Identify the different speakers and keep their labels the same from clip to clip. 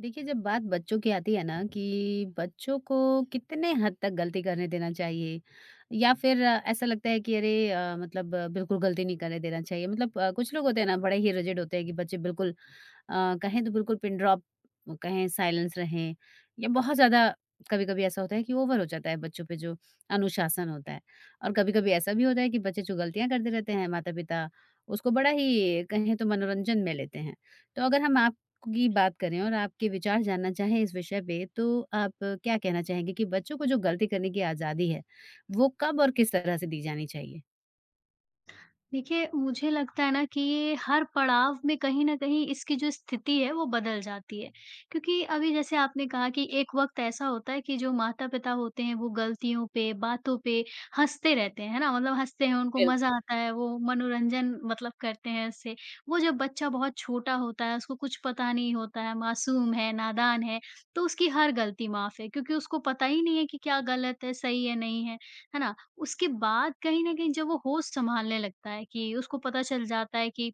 Speaker 1: देखिए, जब बात बच्चों की आती है ना कि बच्चों को कितने हद तक गलती करने देना चाहिए या फिर ऐसा लगता है कि अरे मतलब बिल्कुल गलती नहीं करने देना चाहिए। मतलब कुछ लोग होते हैं ना, बड़े ही रिजिड होते हैं कि बच्चे बिल्कुल कहें तो बिल्कुल पिन ड्रॉप कहें साइलेंस रहें या बहुत ज़्यादा कभी कभी ऐसा होता है कि ओवर हो जाता है बच्चों पे जो अनुशासन होता है। और कभी कभी ऐसा भी होता है कि बच्चे जो गलतियां करते रहते हैं माता पिता उसको बड़ा ही कहें तो मनोरंजन में लेते हैं। तो अगर हम आप की बात करें और आपके विचार जानना चाहें इस विषय पे तो आप क्या कहना चाहेंगे कि बच्चों को जो गलती करने की आज़ादी है, वो कब और किस तरह से दी जानी चाहिए?
Speaker 2: देखिए, मुझे लगता है ना कि ये हर पड़ाव में कहीं न कहीं इसकी जो स्थिति है वो बदल जाती है। क्योंकि अभी जैसे आपने कहा कि एक वक़्त ऐसा होता है कि जो माता-पिता होते हैं वो गलतियों पे, बातों पे हँसते रहते हैं, है ना? मतलब हँसते हैं, उनको
Speaker 1: बिल्कुल,
Speaker 2: मज़ा आता है, वो मनोरंजन मतलब करते हैं इससे। वो जब बच्चा बहुत छोटा होता है, उसको कुछ पता नहीं होता है, मासूम है, नादान है, तो उसकी हर गलती माफ़ है क्योंकि उसको पता ही नहीं है कि क्या गलत है, सही है, नहीं है, है ना? उसके बाद कहीं न कहीं जब वो होश सँभालने लगता है कि उसको पता चल जाता है कि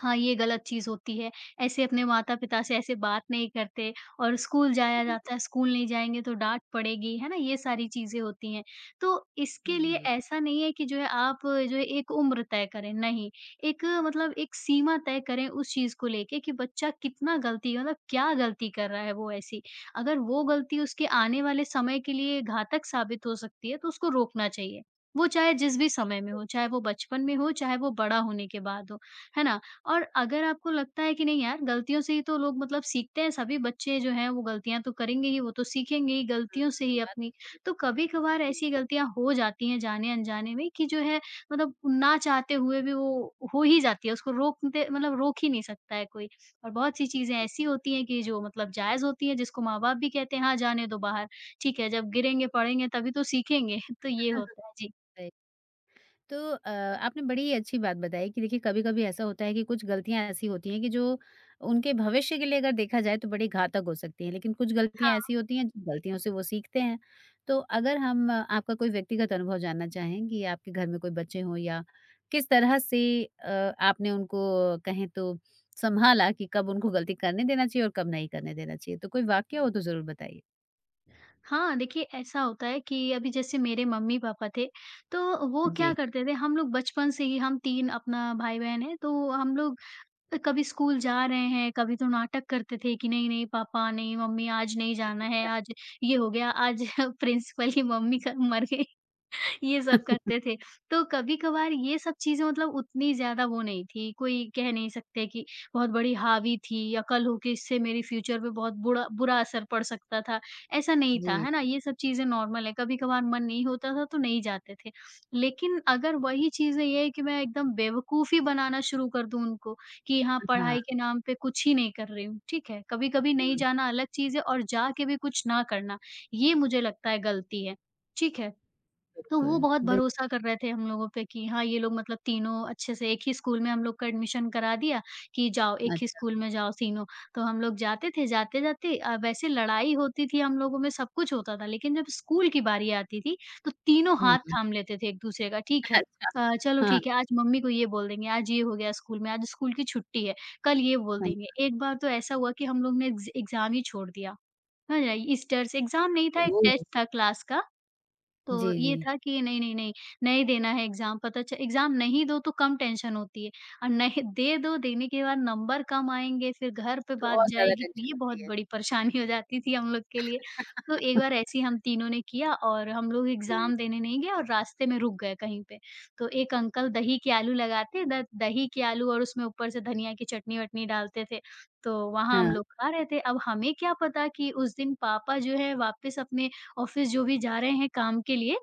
Speaker 2: हाँ, ये गलत चीज़ होती है। ऐसे अपने माता-पिता से ऐसे बात नहीं करते और स्कूल जाया जाता
Speaker 1: बिल्कुल।
Speaker 2: है, स्कूल नहीं जाएँगे तो डाँट पड़ेगी, है ना? ये सारी चीज़ें होती हैं। तो इसके लिए
Speaker 1: जी,
Speaker 2: ऐसा नहीं है कि जो है आप जो है एक उम्र तय करें, नहीं। एक मतलब एक सीमा तय करें उस चीज़ को लेके कि बच्चा कितना गलती मतलब क्या गलती कर रहा है वो ऐसी? अगर वो गलती उसके आने वाले समय के लिए घातक साबित हो सकती है, तो उसको रोकना चाहिए। वो चाहे जिस भी समय में हो, चाहे वो बचपन में हो, चाहे वो बड़ा होने के बाद हो, है ना? और अगर आपको लगता है कि नहीं यार गलतियों से ही तो लोग मतलब सीखते हैं, सभी बच्चे जो हैं वो गलतियाँ तो करेंगे ही, वो तो सीखेंगे ही गलतियों से ही
Speaker 1: बात
Speaker 2: अपनी। तो कभी-कभार
Speaker 1: जी।
Speaker 2: ऐसी गलतियाँ हो जाती हैं जाने-अनजाने में कि जो है मतलब ना चाहते हुए भी वो हो ही जाती है, उसको रोकते मतलब रोक ही नहीं सकता है कोई। और बहुत-सी चीज़ें ऐसी
Speaker 1: बिल्कुल।
Speaker 2: होती हैं कि जो मतलब जायज़ होती हैं, जिसको माँ-बाप भी कहते हैं हाँ, जाने दो बाहर, ठीक है, जब गिरेंगे, पड़ेंगे तभी तो सीखेंगे। तो ये होता है। जी।
Speaker 1: तो आपने बड़ी अच्छी बात बताई कि देखिए कभी-कभी ऐसा होता है कि कुछ गलतियाँ ऐसी होती हैं कि जो उनके भविष्य के लिए अगर देखा जाए तो बड़ी घातक हो सकती हैं, लेकिन कुछ गलतियाँ ऐसी
Speaker 2: हाँ।
Speaker 1: होती हैं, जिन गलतियों से वो सीखते हैं। तो अगर हम आपका कोई व्यक्तिगत अनुभव जानना चाहें कि आपके घर में कोई बच्चे हों या किस तरह से आपने उनको कहें तो सँभाला कि कब उनको गलती करने देना चाहिए और कब नहीं करने देना चाहिए? तो कोई वाकया हो तो ज़रूर बताइए।
Speaker 2: हाँ, देखिए ऐसा होता है कि अभी जैसे मेरे मम्मी-पापा थे, तो वो क्या
Speaker 1: जी,
Speaker 2: करते थे हम लोग बचपन से ही हम 3 अपना भाई-बहन हैं, तो हम लोग कभी स्कूल जा रहे हैं, कभी तो नाटक करते थे कि नहीं-नहीं पापा, नहीं मम्मी आज नहीं जाना है, आज ये हो गया, आज प्रिंसिपल की मम्मी का मर गई ये सब करते थे। तो कभी-कभार ये सब चीज़ें मतलब उतनी ज़्यादा वो नहीं थी, कोई कह नहीं सकते कि बहुत बड़ी हावी थी या कल होके इससे मेरे फ्यूचर पे बहुत बुरा बुरा असर पड़ सकता था, ऐसा नहीं था,
Speaker 1: जी।
Speaker 2: है ना? ये सब चीज़ें नॉर्मल है, कभी-कभार मन नहीं होता था तो नहीं जाते थे। लेकिन अगर वही चीज़ें ये है कि मैं एकदम बेवकूफ़ी बनाना शुरू कर दूँ उनको कि हाँ,
Speaker 1: हाँ,
Speaker 2: पढ़ाई के नाम पे कुछ ही नहीं कर रही हूँ, ठीक है? कभी-कभी नहीं
Speaker 1: हुँ,
Speaker 2: जाना अलग चीज़ है और जा के भी कुछ ना करना, ये मुझे लगता है गलती है, ठीक है? तो
Speaker 1: बिल्कुल,
Speaker 2: वो बहुत
Speaker 1: बिल्कुल।
Speaker 2: भरोसा कर रहे थे हम लोगों पे कि हाँ, ये लोग मतलब तीनों अच्छे से एक ही स्कूल में हम लोग का एडमिशन करा दिया कि जाओ एक ही
Speaker 1: अच्छा।
Speaker 2: स्कूल में जाओ तीनों। तो हम लोग जाते थे, जाते-जाते वैसे लड़ाई होती थी हम लोगों में, सब कुछ होता था, लेकिन जब स्कूल की बारी आती थी, तो तीनों
Speaker 1: हुँ,
Speaker 2: हाथ
Speaker 1: हुँ।
Speaker 2: थाम लेते थे एक-दूसरे का, ठीक है
Speaker 1: अच्छा।
Speaker 2: चलो
Speaker 1: हाँ,
Speaker 2: ठीक है, आज मम्मी को ये बोल देंगे, आज ये हो गया स्कूल में, आज स्कूल की छुट्टी है, कल ये बोल
Speaker 1: हाँ।
Speaker 2: देंगे। एक बार तो ऐसा हुआ कि हम लोग ने एग्ज़ाम ही छोड़ दिया, समझ रहे? इस डर से एग्ज़ाम नहीं था, एक
Speaker 1: ओह!
Speaker 2: टेस्ट था क्लास का
Speaker 1: जी,
Speaker 2: तो ये
Speaker 1: जी।
Speaker 2: था कि नहीं, नहीं देना है एग्ज़ाम पता च एग्ज़ाम नहीं दो तो कम टेंशन होती है और नहीं दे दो, देने के बाद नंबर कम आएँगे, फिर घर पे
Speaker 1: तो
Speaker 2: बात
Speaker 1: और ज़्यादा
Speaker 2: जाएगी, तो
Speaker 1: टेंशन
Speaker 2: ये बहुत
Speaker 1: होती है।
Speaker 2: बड़ी परेशानी हो जाती थी हम लोग के लिए। तो एक बार ऐसे ही हम तीनों ने किया और हम लोग
Speaker 1: जी।
Speaker 2: एग्ज़ाम देने नहीं गए और रास्ते में रुक गए कहीं पे। तो एक अंकल दही के आलू लगाते, द दही के आलू और उसमें ऊपर से धनिया की चटनी-वटनी डालते थे, तो वहाँ हम
Speaker 1: हाँ,
Speaker 2: लोग खा रहे थे। अब हमें क्या पता कि उस दिन पापा जो है वापस अपने ऑफ़िस जो भी जा रहे हैं काम के लिए,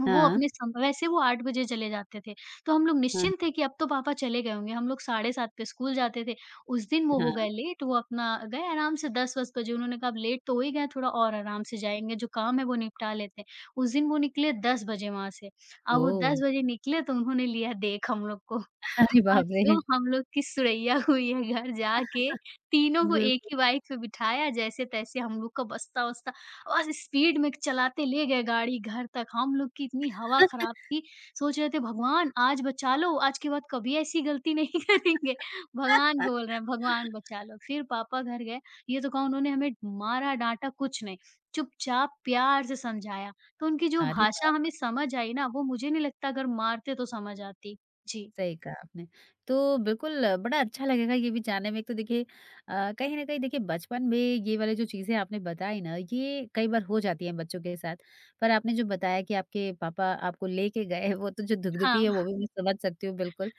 Speaker 2: वो
Speaker 1: हाँ,
Speaker 2: अपने सम वैसे वो 8 बजे चले जाते थे। तो हम लोग
Speaker 1: हाँ,
Speaker 2: निश्चिंत थे कि अब तो पापा चले गए होंगे, हम लोग साढ़े 7 पे स्कूल जाते थे। उस दिन वो हो
Speaker 1: हाँ।
Speaker 2: गए लेट, वो अपना गए आराम से 10-10 बजे उन्होंने कहा अब लेट तो हो ही गए, थोड़ा और आराम से जाएँगे, जो काम है वो निपटा लेते हैं। उस दिन वो निकले 10 बजे वहाँ से, अब वो
Speaker 1: ओह!
Speaker 2: 10 बजे निकले तो उन्होंने लिया देख हम लोग को।
Speaker 1: अरे
Speaker 2: और
Speaker 1: बाप रे!
Speaker 2: जो हम लोग की सुरैया हुई है घर जाके, तीनों को एक
Speaker 1: बिल्कुल,
Speaker 2: ही बाइक पे बिठाया जैसे-तैसे हम लोग का बस्ता-वस्ता बस स्पीड में चलाते ले गए गाड़ी घर तक। हम लोग की इतनी हवा खराब थी, सोच रहे थे भगवान आज बचा लो, आज के बाद कभी ऐसी गलती नहीं करेंगे। भगवान को बोल रहे हैं भगवान बचा लो। फिर पापा घर गए, ये तो कहूँ उन्होंने हमें मारा, डाँटा कुछ नहीं, चुपचाप प्यार से समझाया। तो उनकी जो
Speaker 1: अरे
Speaker 2: भाषा
Speaker 1: बाप
Speaker 2: हमें समझ आई ना, वो मुझे नहीं लगता अगर मारते तो समझ आती। जी,
Speaker 1: सही कहा आपने। तो बिल्कुल बड़ा अच्छा लगेगा ये भी जानने में। एक तो देखिए कहीं न कहीं देखिए बचपन में ये वाली जो चीज़ें आपने बताई ना ये कई बार हो जाती हैं बच्चों के साथ। पर आपने जो बताया कि आपके पापा आपको लेके गए वो तो जो धुकधुकी
Speaker 2: हाँ।
Speaker 1: है वो भी मैं समझ सकती हूँ बिल्कुल।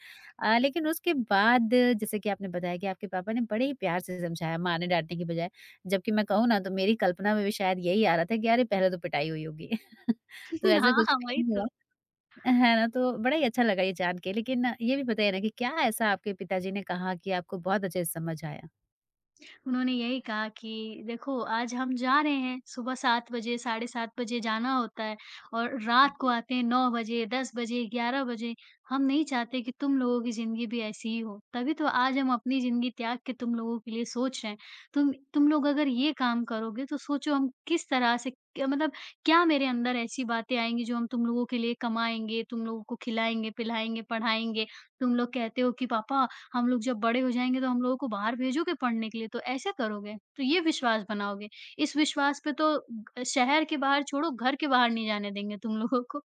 Speaker 1: लेकिन उसके बाद जैसे कि आपने बताया कि आपके पापा ने बड़े ही प्यार से समझाया मारने डाँटने की बजाय। जबकि मैं कहूँ ना तो मेरी कल्पना में भी शायद यही आ रहा था कि अरे पहले तो पिटाई हुई होगी। तो ऐसा
Speaker 2: हाँ,
Speaker 1: कुछ
Speaker 2: हाँ, वही
Speaker 1: नहीं
Speaker 2: तो।
Speaker 1: हुआ? है ना, तो बड़ा ही अच्छा लगा ये जान के। लेकिन ये भी बताइए ना कि क्या ऐसा आपके पिताजी ने कहा कि आपको बहुत अच्छे से समझ आया?
Speaker 2: उन्होंने यही कहा कि देखो आज हम जा रहे हैं, सुबह 7 बजे, साढ़े 7 बजे जाना होता है और रात को
Speaker 1: जी।
Speaker 2: आते हैं 9 बजे, 10 बजे, 11 बजे। हम नहीं चाहते कि तुम लोगों की ज़िंदगी भी ऐसी ही हो, तभी तो आज हम अपनी ज़िंदगी त्याग के तुम लोगों के लिए सोच रहे हैं। तुम लोग अगर ये काम करोगे तो सोचो हम किस तरह से क मतलब क्या मेरे अंदर ऐसी बातें आएँगी जो हम तुम लोगों के लिए कमाएँगे, तुम लोगों को खिलाएँगे, पिलाएँगे, पढ़ाएँगे। तुम लोग कहते हो कि पापा हम लोग जब बड़े हो जाएँगे तो हम लोगों को बाहर भेजोगे पढ़ने के लिए, तो ऐसे करोगे, तो ये विश्वास बनाओगे। इस विश्वास पे तो ग शहर के बाहर छोड़ो, घर के बाहर नहीं जाने देंगे तुम लोगों को।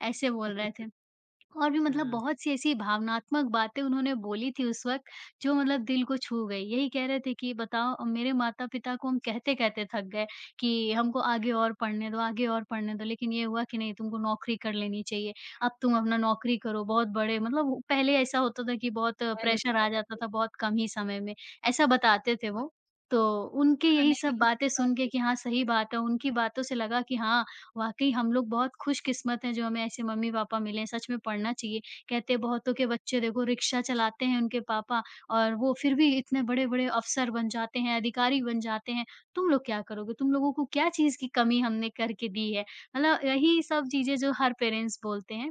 Speaker 2: ऐसे बोल रहे थे। और भी मतलब
Speaker 1: हाँ,
Speaker 2: बहुत-सी ऐसी भावनात्मक बातें उन्होंने बोली थी उस वक़्त, जो मतलब दिल को छू गई। यही कह रहे थे कि बताओ मेरे माता-पिता को हम कहते-कहते थक गए कि हमको आगे और पढ़ने दो, आगे और पढ़ने दो, लेकिन ये हुआ कि नहीं तुमको नौकरी कर लेनी चाहिए। अब तुम अपना नौकरी करो, बहुत बड़े मतलब वो- पहले ऐसा होता था कि बहुत
Speaker 1: पहले
Speaker 2: प्रेशर
Speaker 1: होता
Speaker 2: आ
Speaker 1: था
Speaker 2: जाता
Speaker 1: वो।
Speaker 2: था बहुत कम ही समय में, ऐसा बताते थे वो। तो उनके
Speaker 1: हाँ,
Speaker 2: यही
Speaker 1: नहीं,
Speaker 2: सब
Speaker 1: नहीं, सही
Speaker 2: बातें
Speaker 1: बात
Speaker 2: सुन के
Speaker 1: है।
Speaker 2: कि हाँ, सही बात है, उनकी बातों से लगा कि हाँ, वाक़ई हम लोग बहुत खुशकिस्मत हैं जो हमें ऐसे मम्मी-पापा मिले हैं, सच में पढ़ना चाहिए। कहते हैं बहुतों के बच्चे देखो रिक्शा चलाते हैं उनके पापा और वो फिर भी इतने बड़े-बड़े अफ़सर बन जाते हैं, अधिकारी बन जाते हैं। तुम लोग क्या करोगे? तुम लोगों को क्या चीज़ की कमी हमने करके दी है? मतलब यही सब चीज़ें जो हर पेरेंट्स बोलते हैं,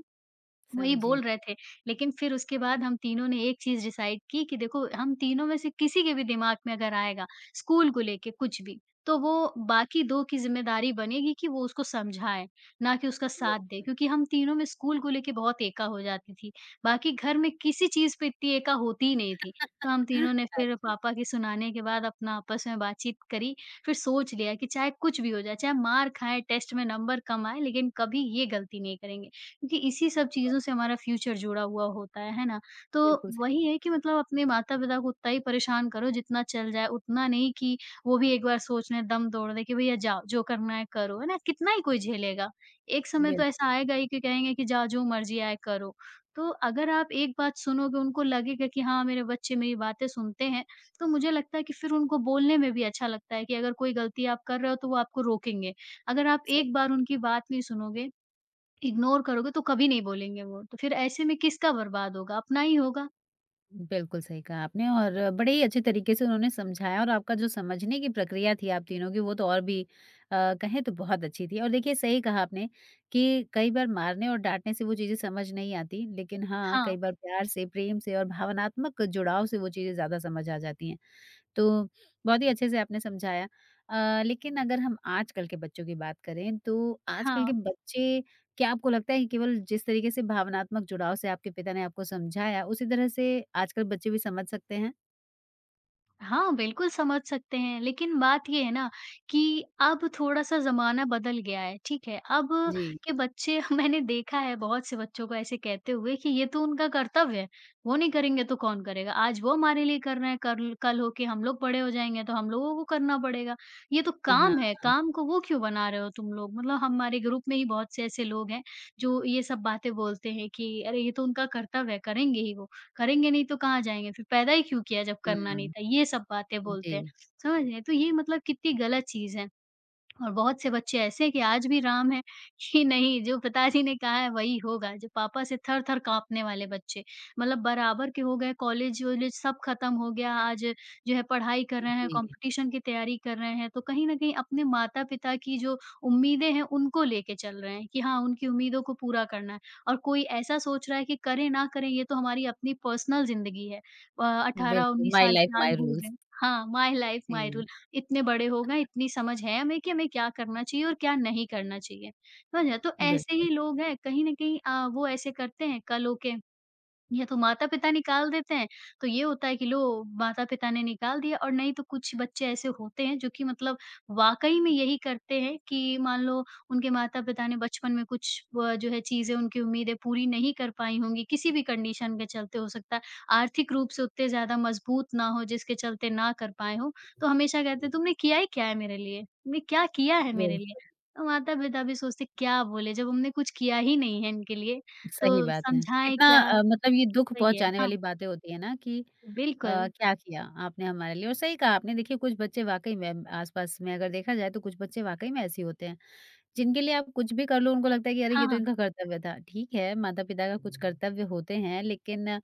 Speaker 2: वही
Speaker 1: समझी,
Speaker 2: बोल रहे थे, लेकिन फिर उसके बाद हम तीनों ने एक चीज़ डिसाइड की कि देखो हम तीनों में से किसी के भी दिमाग में अगर आएगा स्कूल को लेके कुछ भी, तो वो बाकी 2 की ज़िम्मेदारी बनेगी कि वो उसको समझाएँ, ना कि उसका साथ दे।
Speaker 1: बिल्कुल।
Speaker 2: क्योंकि हम तीनों में स्कूल को लेके बहुत एका हो जाती थी, बाकी घर में किसी चीज़ पे इतनी एका होती ही नहीं थी। तो हम तीनों ने फिर
Speaker 1: अच्छा,
Speaker 2: पापा के सुनाने के बाद अपना आपस में बातचीत करी, फिर सोच लिया कि चाहे कुछ भी हो जाए, चाहे मार खाएँ, टेस्ट में नंबर कम आए, लेकिन कभी ये गलती नहीं करेंगे। क्योंकि इसी सब
Speaker 1: बहुत
Speaker 2: चीज़ों से हमारा
Speaker 1: बढ़िया,
Speaker 2: फ्यूचर जुड़ा हुआ होता है ना? तो
Speaker 1: बिल्कुल सही,
Speaker 2: वही है कि मतलब अपने माता-पिता को उतना ही परेशान करो जितना चल जाए, उतना नहीं कि वो भी एक बार सोच लें, दम तोड़ दें कि भैया जाओ, जो करना है करो, है ना? कितना ही कोई झेलेगा? एक समय तो
Speaker 1: बिल्कुल
Speaker 2: ऐसा आएगा ही कि कहेंगे कि जाओ जो मर्ज़ी आए करो। तो अगर आप एक बात सुनोगे, उनको लगेगा कि हाँ, मेरे बच्चे मेरी बातें सुनते हैं, तो मुझे लगता है कि फिर उनको बोलने में भी अच्छा लगता है कि अगर कोई गलती आप कर रहे हो तो वो आपको रोकेंगे। अगर आप
Speaker 1: सही।
Speaker 2: एक बार उनकी बात नहीं सुनोगे इग्नोर करोगे तो कभी नहीं बोलेंगे वो, तो फिर ऐसे में किसका बर्बाद होगा? अपना ही होगा।
Speaker 1: बिल्कुल सही कहा आपने और बड़े ही अच्छे तरीके से उन्होंने समझाया और आपका जो समझने की प्रक्रिया थी आप तीनों की वो तो और भी कहें तो बहुत अच्छी थी। और देखिए सही कहा आपने कि कई बार मारने और डांटने से वो चीज़ें समझ नहीं आती, लेकिन हाँ
Speaker 2: हाँ,
Speaker 1: कई बार प्यार से, प्रेम से और भावनात्मक जुड़ाव से वो चीज़ें ज़्यादा समझ आ जाती हैं। तो बहुत ही अच्छे से आपने समझाया। लेकिन अगर हम आजकल के बच्चों की बात करें, तो आजकल के
Speaker 2: हाँ।
Speaker 1: बच्चे क्या आपको लगता है कि केवल जिस तरीके से भावनात्मक जुड़ाव से आपके पिता ने आपको समझाया, उसी तरह से आजकल बच्चे भी समझ सकते हैं?
Speaker 2: हाँ, बिल्कुल समझ सकते हैं, लेकिन बात ये है ना कि अब थोड़ा-सा ज़माना बदल गया है, ठीक है? अब
Speaker 1: जी।
Speaker 2: के बच्चे मैंने देखा है बहुत से बच्चों को ऐसे कहते हुए कि ये तो उनका कर्तव्य है, वो नहीं करेंगे तो कौन करेगा? आज वो हमारे लिए कर रहे हैं, कल कल हो के हम लोग बड़े हो जाएँगे तो हम लोगों को करना पड़ेगा। ये तो
Speaker 1: हाँ।
Speaker 2: काम है, काम को वो क्यों बना रहे हो तुम लोग? मतलब हमारे ग्रुप में ही बहुत से ऐसे लोग हैं, जो ये सब बातें बोलते हैं कि अरे! ये तो उनका कर्तव्य है, करेंगे ही वो। करेंगे नहीं तो कहाँ जाएँगे? फिर पैदा ही क्यों किया जब करना नहीं
Speaker 1: हुँ।
Speaker 2: था? ये सब बातें बोलते हैं,
Speaker 1: जी,
Speaker 2: समझ रहे हैं? तो ये मतलब कितनी गलत चीज़ है। और बहुत से बच्चे ऐसे हैं कि आज भी राम हैं कि नहीं जो पिताजी ने कहा है वही होगा, जो पापा से थर-थर काँपने वाले बच्चे। मतलब बराबर के हो गए कॉलेज-वॉलेज सब खत्म हो गया, आज जो है पढ़ाई कर रहे हैं,
Speaker 1: जी।
Speaker 2: कॉम्पिटिशन की तैयारी कर रहे हैं। तो कहीं न कहीं अपने माता-पिता की जो उम्मीदें हैं उनको लेके चल रहे हैं कि हाँ, उनकी उम्मीदों को पूरा करना है। और कोई ऐसा सोच रहा है कि करें ना करें ये तो हमारी अपनी पर्सनल ज़िंदगी है।
Speaker 1: बिल्कुल,
Speaker 2: 18-19
Speaker 1: माई
Speaker 2: साल
Speaker 1: लाइफ
Speaker 2: के आज
Speaker 1: माई
Speaker 2: हो
Speaker 1: रूल्स।
Speaker 2: गए। हाँ, माय लाइफ माय
Speaker 1: जी,
Speaker 2: रूल इतने बड़े हो गए, इतनी समझ है हमें कि हमें क्या करना चाहिए और क्या नहीं करना चाहिए। समझ रहे हैं? तो ऐसे
Speaker 1: बिल्कुल,
Speaker 2: ही लोग हैं कहीं न कहीं वो ऐसे करते हैं कल होके या तो माता-पिता निकाल देते हैं, तो ये होता है कि लो माता-पिता ने निकाल दिया और नहीं तो कुछ बच्चे ऐसे होते हैं जो कि मतलब वाक़ई में यही करते हैं कि मान लो उनके माता-पिता ने बचपन में कुछ व जो है चीज़ें उनकी उम्मीदें पूरी नहीं कर पाई होंगी, किसी भी कंडीशन के चलते हो सकता है, आर्थिक रूप से उतने ज़्यादा मजबूत ना हो जिसके चलते ना कर पाए हों, तो हमेशा कहते हैं तुमने किया ही क्या है मेरे लिए? तुमने क्या किया है मेरे
Speaker 1: बिल्कुल,
Speaker 2: लिए? तो माता-पिता भी सोचते क्या बोले जब हमने कुछ किया ही नहीं है इनके लिए,
Speaker 1: सही
Speaker 2: तो
Speaker 1: बात है।
Speaker 2: समझाएँ
Speaker 1: कितना
Speaker 2: क्या?
Speaker 1: मतलब ये दुःख
Speaker 2: सही है,
Speaker 1: पहुँचाने
Speaker 2: हाँ,
Speaker 1: वाली बातें होती हैं ना कि
Speaker 2: बिल्कुल,
Speaker 1: क्या किया आपने हमारे लिए? और सही कहा आपने। देखिए कुछ बच्चे वाक़ई में आस-पास में अगर देखा जाए तो कुछ बच्चे वाक़ई में ऐसे होते हैं, जिनके लिए आप कुछ भी कर लो उनको लगता है कि अरे
Speaker 2: हाँ,
Speaker 1: ये तो
Speaker 2: हाँ,
Speaker 1: इनका कर्तव्य था। ठीक है, माता-पिता का कुछ कर्तव्य होते हैं लेकिन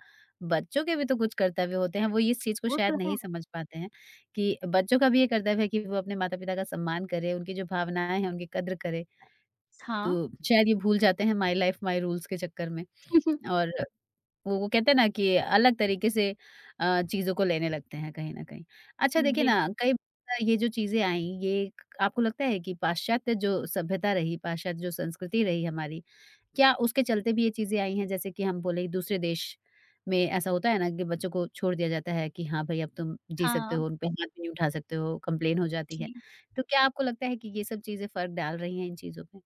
Speaker 1: बच्चों के भी तो कुछ कर्तव्य होते हैं, वो इस चीज़ को
Speaker 2: वो
Speaker 1: शायद
Speaker 2: तो
Speaker 1: नहीं
Speaker 2: है।
Speaker 1: समझ पाते हैं कि बच्चों का भी ये कर्तव्य है कि वो अपने माता-पिता का सम्मान करें, उनकी जो भावनाएँ हैं उनकी कद्र करें।
Speaker 2: हाँ,
Speaker 1: तो शायद ये भूल जाते हैं माई लाइफ़ माई रूल्स के चक्कर में और वो कहते हैं ना कि अलग तरीके से चीज़ों को लेने लगते हैं कहीं न कहीं। अच्छा देखिए ना,
Speaker 2: बिल्कुल,
Speaker 1: कई बार ये जो चीज़ें आई, ये आपको लगता है कि पाश्चात्य जो सभ्यता रही, पाश्चात्य जो संस्कृति रही हमारी, क्या उसके चलते भी ये चीज़ें आई हैं? जैसे कि हम बोले दूसरे देश में ऐसा होता है ना कि बच्चों को छोड़ दिया जाता है कि हाँ भाई, अब तुम जी सकते
Speaker 2: हाँ,
Speaker 1: हो, उन पे हाथ भी नहीं उठा सकते हो, कंप्लेन हो जाती है।
Speaker 2: जी।
Speaker 1: तो क्या आपको लगता है कि ये सब चीज़ें फ़र्क डाल रही हैं इन चीज़ों पे?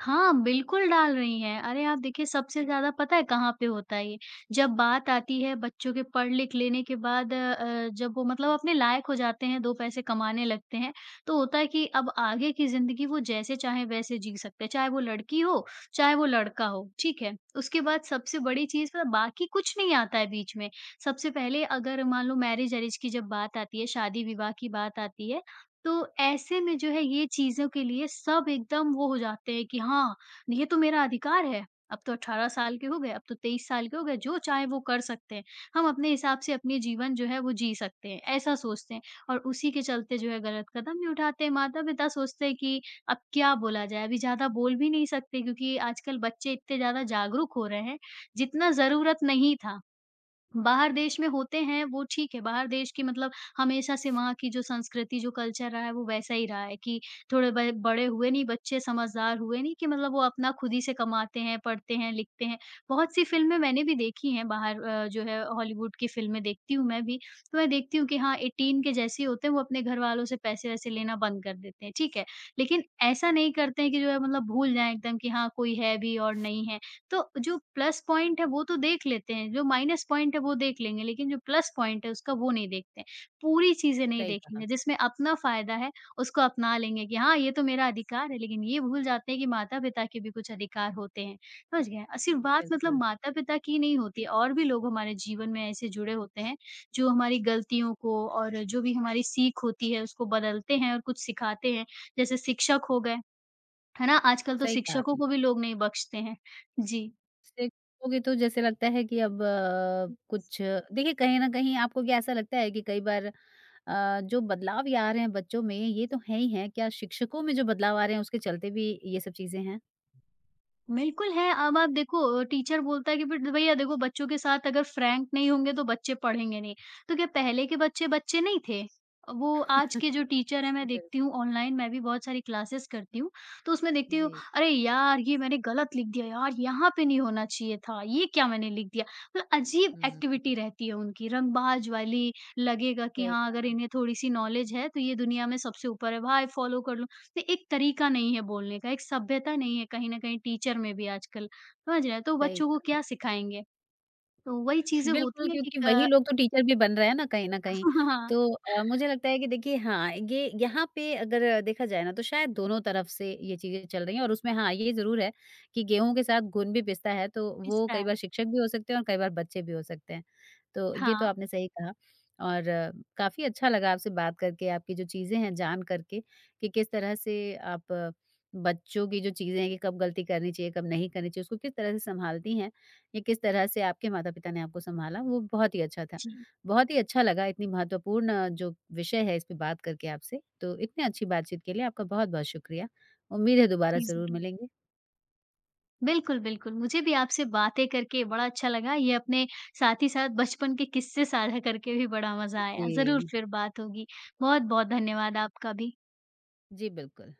Speaker 2: हाँ, बिल्कुल डाल रही हैं। अरे, आप देखिए सबसे ज़्यादा पता है कहाँ पे होता है ये? जब बात आती है बच्चों के पढ़-लिख लेने के बाद जब वो मतलब अपने लायक हो जाते हैं, 2 पैसे कमाने लगते हैं, तो होता है कि अब आगे की ज़िंदगी वो जैसे चाहें वैसे जी सकते हैं, चाहे वो लड़की हो, चाहे वो लड़का हो, ठीक है? उसके बाद सबसे बड़ी चीज़ पता है बाकी कुछ नहीं आता है बीच में। सबसे पहले अगर मान लो मैरिज-ऐरिज की जब बात आती है, शादी-विवाह की बात आती है, तो ऐसे में जो है ये चीज़ों के लिए सब एकदम वो हो जाते हैं कि हाँ, ये तो मेरा अधिकार है। अब तो 18 साल के हो गए, अब तो 23 साल के हो गए, जो चाहे वो कर सकते हैं। हम अपने हिसाब से अपने जीवन जो है वो जी सकते हैं, ऐसा सोचते हैं और उसी के चलते जो है गलत कदम भी उठाते हैं। माता-पिता सोचते हैं कि अब क्या बोला जाए, अभी ज़्यादा बोल भी नहीं सकते क्योंकि आजकल बच्चे इतने ज़्यादा जागरूक हो रहे हैं, जितना ज़रूरत नहीं था। बाहर देश में होते हैं वो ठीक है, बाहर देश की मतलब हमेशा से वहाँ की जो संस्कृति, जो कल्चर रहा है वो वैसा ही रहा है कि थोड़े ब बड़े हुए नहीं, बच्चे समझदार हुए नहीं कि मतलब वो अपना खुद ही से कमाते हैं, पढ़ते हैं, लिखते हैं। बहुत-सी फ़िल्में मैंने भी देखी हैं बाहर जो है हॉलीवुड की फ़िल्में देखती हूँ मैं भी, तो मैं देखती हूँ कि हाँ, 18 के जैसे ही होते हैं वो अपने घरवालों से पैसे-वैसे लेना बंद कर देते हैं, ठीक है। लेकिन ऐसा नहीं करते हैं कि जो है मतलब भूल जाएँ एकदम कि हाँ, कोई है भी और नहीं है। तो जो प्लस पॉइंट है वो तो देख लेते हैं, जो माइनस पॉइंट है वो देख लेंगे, लेकिन जो प्लस पॉइंट है उसका वो नहीं देखते हैं। पूरी चीज़ें नहीं
Speaker 1: सही कहा।
Speaker 2: देखेंगे, जिसमें अपना फ़ायदा है उसको अपना लेंगे कि हाँ, ये तो मेरा अधिकार है, लेकिन ये भूल जाते हैं कि माता-पिता के भी कुछ अधिकार होते हैं, समझ गए? सिर्फ़ बात मतलब
Speaker 1: बिल्कुल,
Speaker 2: माता-पिता की नहीं होती है, और भी लोग हमारे जीवन में ऐसे जुड़े होते हैं, जो हमारी गलतियों को और जो भी हमारी सीख होती है उसको बदलते हैं और कुछ सिखाते हैं। जैसे शिक्षक हो गए, है ना? आजकल तो
Speaker 1: सही कहा
Speaker 2: शिक्षकों
Speaker 1: आपने।
Speaker 2: को भी लोग नहीं बख्शते हैं। जी।
Speaker 1: से देखोगे तो जैसे लगता है कि अब कुछ देखिए कहीं न कहीं आपको क्या ऐसा लगता है कि कई बार जो बदलाव ये आ रहे हैं बच्चों में ये तो है ही हैं, क्या शिक्षकों में जो बदलाव आ रहे हैं उसके चलते भी ये सब चीज़ें हैं?
Speaker 2: बिल्कुल है, अब आप देखो टीचर बोलता है कि फिर भैया देखो बच्चों के साथ अगर फ्रैंक नहीं होंगे तो बच्चे पढ़ेंगे नहीं। तो क्या पहले के बच्चे, बच्चे नहीं थे? वो आज के जो टीचर हैं मैं देखती हूँ
Speaker 1: बिल्कुल।
Speaker 2: ऑनलाइन मैं भी बहुत सारी क्लासेस करती हूँ, तो उसमें देखती हूँ
Speaker 1: जी।
Speaker 2: अरे यार! ये मैंने गलत लिख दिया यार, यहाँ पे नहीं होना चाहिए था, ये क्या मैंने लिख दिया? मतलब अजीब
Speaker 1: हुँ, हुँ, हुँ।
Speaker 2: एक्टिविटी रहती है उनकी, रंगबाज वाली लगेगा कि
Speaker 1: सही
Speaker 2: हाँ अगर
Speaker 1: कहा,
Speaker 2: इन्हें थोड़ी-सी नॉलेज है तो ये दुनिया में सबसे ऊपर है, भाई फॉलो कर लो। से एक तरीका नहीं है बोलने का, एक सभ्यता नहीं है कहीं न कहीं टीचर में भी आजकल, समझ रहे हैं? तो
Speaker 1: सही
Speaker 2: बच्चों को
Speaker 1: कहा।
Speaker 2: क्या सिखाएँगे? तो वही चीज़ें
Speaker 1: बिल्कुल,
Speaker 2: होती हैं कि
Speaker 1: क्योंकि वही
Speaker 2: क
Speaker 1: लोग तो टीचर भी बन रहे हैं ना कहीं न कहीं।
Speaker 2: हाँ,
Speaker 1: तो मुझे लगता है कि देखिए हाँ, ये यहाँ पे अगर देखा जाए ना तो शायद दोनों तरफ से ये चीज़ें चल रही हैं और उसमें हाँ, ये ज़रूर है कि गेहूँ के साथ गुण भी पिसता है तो वो
Speaker 2: इसका
Speaker 1: कई बार
Speaker 2: है।
Speaker 1: शिक्षक भी हो सकते हैं और कई बार बच्चे भी हो सकते हैं। तो ये तो
Speaker 2: हाँ,
Speaker 1: आपने सही कहा और काफ़ी अच्छा लगा आपसे बात करके, आपकी जो चीज़ें हैं जान करके कि किस तरह से आप बच्चों की जो चीज़ें हैं कि कब गलती करनी चाहिए, कब नहीं करनी चाहिए, उसको किस तरह से सँभालती हैं। या किस तरह से आपके माता-पिता ने आपको सँभाला, वो बहुत ही अच्छा था।
Speaker 2: जी,
Speaker 1: बहुत ही अच्छा लगा इतनी महत्वपूर्ण जो विषय है, इस पे बात करके आपसे। तो इतनी अच्छी बातचीत के लिए आपका बहुत-बहुत शुक्रिया। उम्मीद है दोबारा
Speaker 2: जी,
Speaker 1: ज़रूर
Speaker 2: ज़रूर।
Speaker 1: मिलेंगे।
Speaker 2: बिल्कुल, बिल्कुल, मुझे भी आपसे बातें करके बड़ा अच्छा लगा, ये अपने साथ ही साथ बचपन के किस्से साझा करके भी बड़ा मज़ा आया। ज़रूर
Speaker 1: जी।
Speaker 2: फिर बात होगी। बहुत-बहुत धन्यवाद आपका भी।
Speaker 1: जी, बिल्कुल।